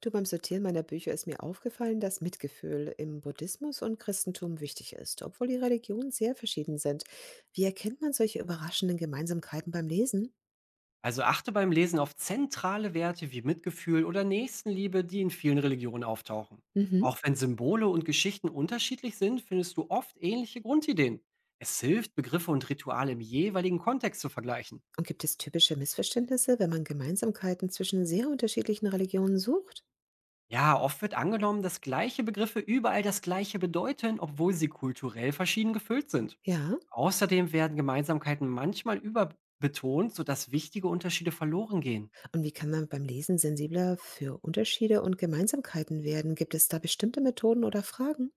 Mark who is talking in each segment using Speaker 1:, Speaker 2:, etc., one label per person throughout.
Speaker 1: Du, beim Sortieren meiner Bücher ist mir aufgefallen, dass Mitgefühl im Buddhismus und Christentum wichtig ist, obwohl die Religionen sehr verschieden sind. Wie erkennt man solche überraschenden Gemeinsamkeiten beim Lesen?
Speaker 2: Also achte beim Lesen auf zentrale Werte wie Mitgefühl oder Nächstenliebe, die in vielen Religionen auftauchen.
Speaker 1: Mhm.
Speaker 2: Auch wenn Symbole und Geschichten unterschiedlich sind, findest du oft ähnliche Grundideen. Es hilft, Begriffe und Rituale im jeweiligen Kontext zu vergleichen.
Speaker 1: Und gibt es typische Missverständnisse, wenn man Gemeinsamkeiten zwischen sehr unterschiedlichen Religionen sucht?
Speaker 2: Ja, oft wird angenommen, dass gleiche Begriffe überall das gleiche bedeuten, obwohl sie kulturell verschieden gefüllt sind.
Speaker 1: Ja.
Speaker 2: Außerdem werden Gemeinsamkeiten manchmal überbetont, sodass wichtige Unterschiede verloren gehen.
Speaker 1: Und wie kann man beim Lesen sensibler für Unterschiede und Gemeinsamkeiten werden? Gibt es da bestimmte Methoden oder Fragen?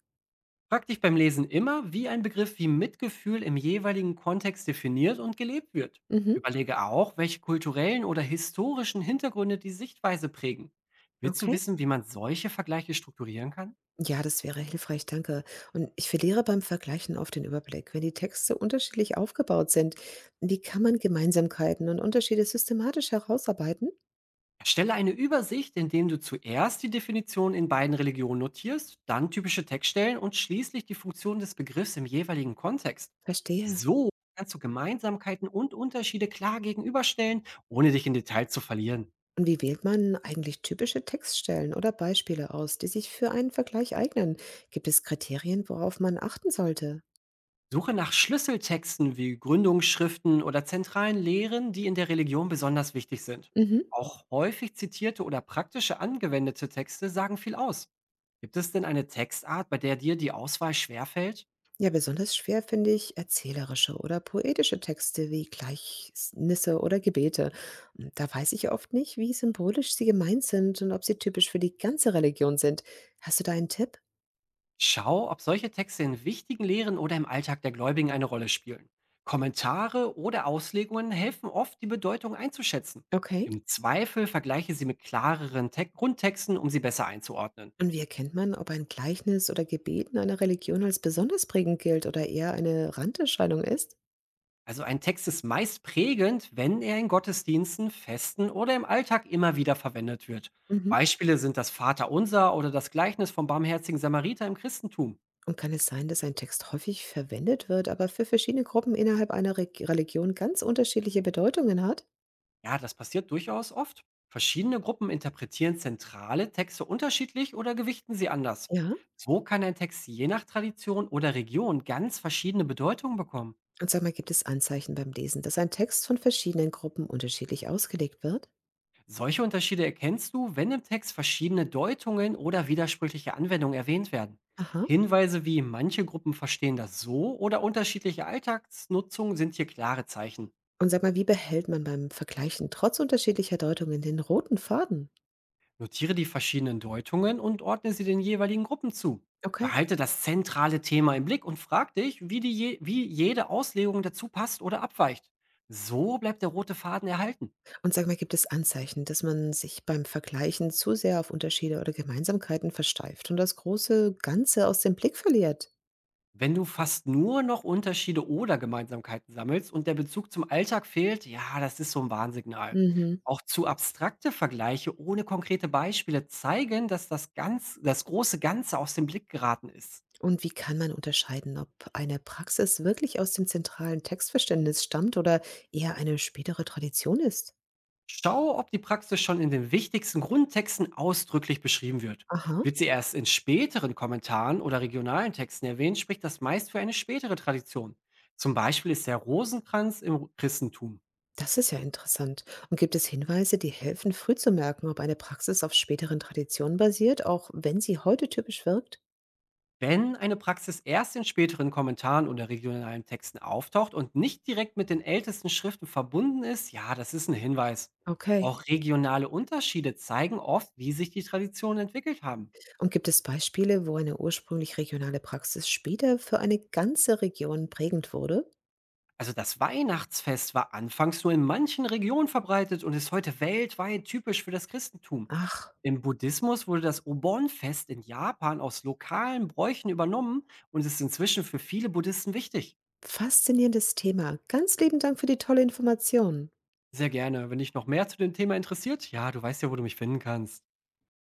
Speaker 2: Frag dich beim Lesen immer, wie ein Begriff wie Mitgefühl im jeweiligen Kontext definiert und gelebt wird.
Speaker 1: Mhm.
Speaker 2: Überlege auch, welche kulturellen oder historischen Hintergründe die Sichtweise prägen. Willst du
Speaker 1: Okay.
Speaker 2: wissen, wie man solche Vergleiche strukturieren kann?
Speaker 1: Ja, das wäre hilfreich, danke. Und ich verliere beim Vergleichen oft den Überblick. Wenn die Texte unterschiedlich aufgebaut sind, wie kann man Gemeinsamkeiten und Unterschiede systematisch herausarbeiten?
Speaker 2: Erstelle eine Übersicht, indem du zuerst die Definition in beiden Religionen notierst, dann typische Textstellen und schließlich die Funktion des Begriffs im jeweiligen Kontext.
Speaker 1: Verstehe.
Speaker 2: So kannst du Gemeinsamkeiten und Unterschiede klar gegenüberstellen, ohne dich in Detail zu verlieren.
Speaker 1: Und wie wählt man eigentlich typische Textstellen oder Beispiele aus, die sich für einen Vergleich eignen? Gibt es Kriterien, worauf man achten sollte?
Speaker 2: Suche nach Schlüsseltexten wie Gründungsschriften oder zentralen Lehren, die in der Religion besonders wichtig sind.
Speaker 1: Mhm.
Speaker 2: Auch häufig zitierte oder praktische angewendete Texte sagen viel aus. Gibt es denn eine Textart, bei der dir die Auswahl schwerfällt?
Speaker 1: Ja, besonders schwer finde ich erzählerische oder poetische Texte wie Gleichnisse oder Gebete. Da weiß ich oft nicht, wie symbolisch sie gemeint sind und ob sie typisch für die ganze Religion sind. Hast du da einen Tipp?
Speaker 2: Schau, ob solche Texte in wichtigen Lehren oder im Alltag der Gläubigen eine Rolle spielen. Kommentare oder Auslegungen helfen oft, die Bedeutung einzuschätzen.
Speaker 1: Okay.
Speaker 2: Im Zweifel vergleiche sie mit klareren Te Grundtexten, um sie besser einzuordnen.
Speaker 1: Und wie erkennt man, ob ein Gleichnis oder Gebet in einer Religion als besonders prägend gilt oder eher eine Randerscheinung ist?
Speaker 2: Also ein Text ist meist prägend, wenn er in Gottesdiensten, Festen oder im Alltag immer wieder verwendet wird.
Speaker 1: Mhm.
Speaker 2: Beispiele sind das Vaterunser oder das Gleichnis vom barmherzigen Samariter im Christentum.
Speaker 1: Und kann es sein, dass ein Text häufig verwendet wird, aber für verschiedene Gruppen innerhalb einer Re Religion ganz unterschiedliche Bedeutungen hat?
Speaker 2: Ja, das passiert durchaus oft. Verschiedene Gruppen interpretieren zentrale Texte unterschiedlich oder gewichten sie anders.
Speaker 1: Ja.
Speaker 2: So kann ein Text je nach Tradition oder Region ganz verschiedene Bedeutungen bekommen.
Speaker 1: Und sag mal, gibt es Anzeichen beim Lesen, dass ein Text von verschiedenen Gruppen unterschiedlich ausgelegt wird?
Speaker 2: Solche Unterschiede erkennst du, wenn im Text verschiedene Deutungen oder widersprüchliche Anwendungen erwähnt werden.
Speaker 1: Aha.
Speaker 2: Hinweise wie „manche Gruppen verstehen das so" oder unterschiedliche Alltagsnutzung sind hier klare Zeichen.
Speaker 1: Und sag mal, wie behält man beim Vergleichen trotz unterschiedlicher Deutungen den roten Faden?
Speaker 2: Notiere die verschiedenen Deutungen und ordne sie den jeweiligen Gruppen zu.
Speaker 1: Okay.
Speaker 2: Behalte das zentrale Thema im Blick und frag dich, wie jede Auslegung dazu passt oder abweicht. So bleibt der rote Faden erhalten.
Speaker 1: Und sag mal, gibt es Anzeichen, dass man sich beim Vergleichen zu sehr auf Unterschiede oder Gemeinsamkeiten versteift und das große Ganze aus dem Blick verliert?
Speaker 2: Wenn du fast nur noch Unterschiede oder Gemeinsamkeiten sammelst und der Bezug zum Alltag fehlt, ja, das ist so ein Warnsignal.
Speaker 1: Mhm.
Speaker 2: Auch zu abstrakte Vergleiche ohne konkrete Beispiele zeigen, dass das große Ganze aus dem Blick geraten ist.
Speaker 1: Und wie kann man unterscheiden, ob eine Praxis wirklich aus dem zentralen Textverständnis stammt oder eher eine spätere Tradition ist?
Speaker 2: Schau, ob die Praxis schon in den wichtigsten Grundtexten ausdrücklich beschrieben wird.
Speaker 1: Aha.
Speaker 2: Wird sie erst in späteren Kommentaren oder regionalen Texten erwähnt, spricht das meist für eine spätere Tradition. Zum Beispiel ist der Rosenkranz im Christentum.
Speaker 1: Das ist ja interessant. Und gibt es Hinweise, die helfen, früh zu merken, ob eine Praxis auf späteren Traditionen basiert, auch wenn sie heute typisch wirkt?
Speaker 2: Wenn eine Praxis erst in späteren Kommentaren oder regionalen Texten auftaucht und nicht direkt mit den ältesten Schriften verbunden ist, ja, das ist ein Hinweis.
Speaker 1: Okay.
Speaker 2: Auch regionale Unterschiede zeigen oft, wie sich die Traditionen entwickelt haben.
Speaker 1: Und gibt es Beispiele, wo eine ursprünglich regionale Praxis später für eine ganze Region prägend wurde?
Speaker 2: Also das Weihnachtsfest war anfangs nur in manchen Regionen verbreitet und ist heute weltweit typisch für das Christentum.
Speaker 1: Ach,
Speaker 2: Im Buddhismus wurde das Obon-Fest in Japan aus lokalen Bräuchen übernommen und ist inzwischen für viele Buddhisten wichtig.
Speaker 1: faszinierendes Thema. Ganz lieben Dank für die tolle Information.
Speaker 2: Sehr gerne. Wenn dich noch mehr zu dem Thema interessiert, ja, du weißt ja, wo du mich finden kannst.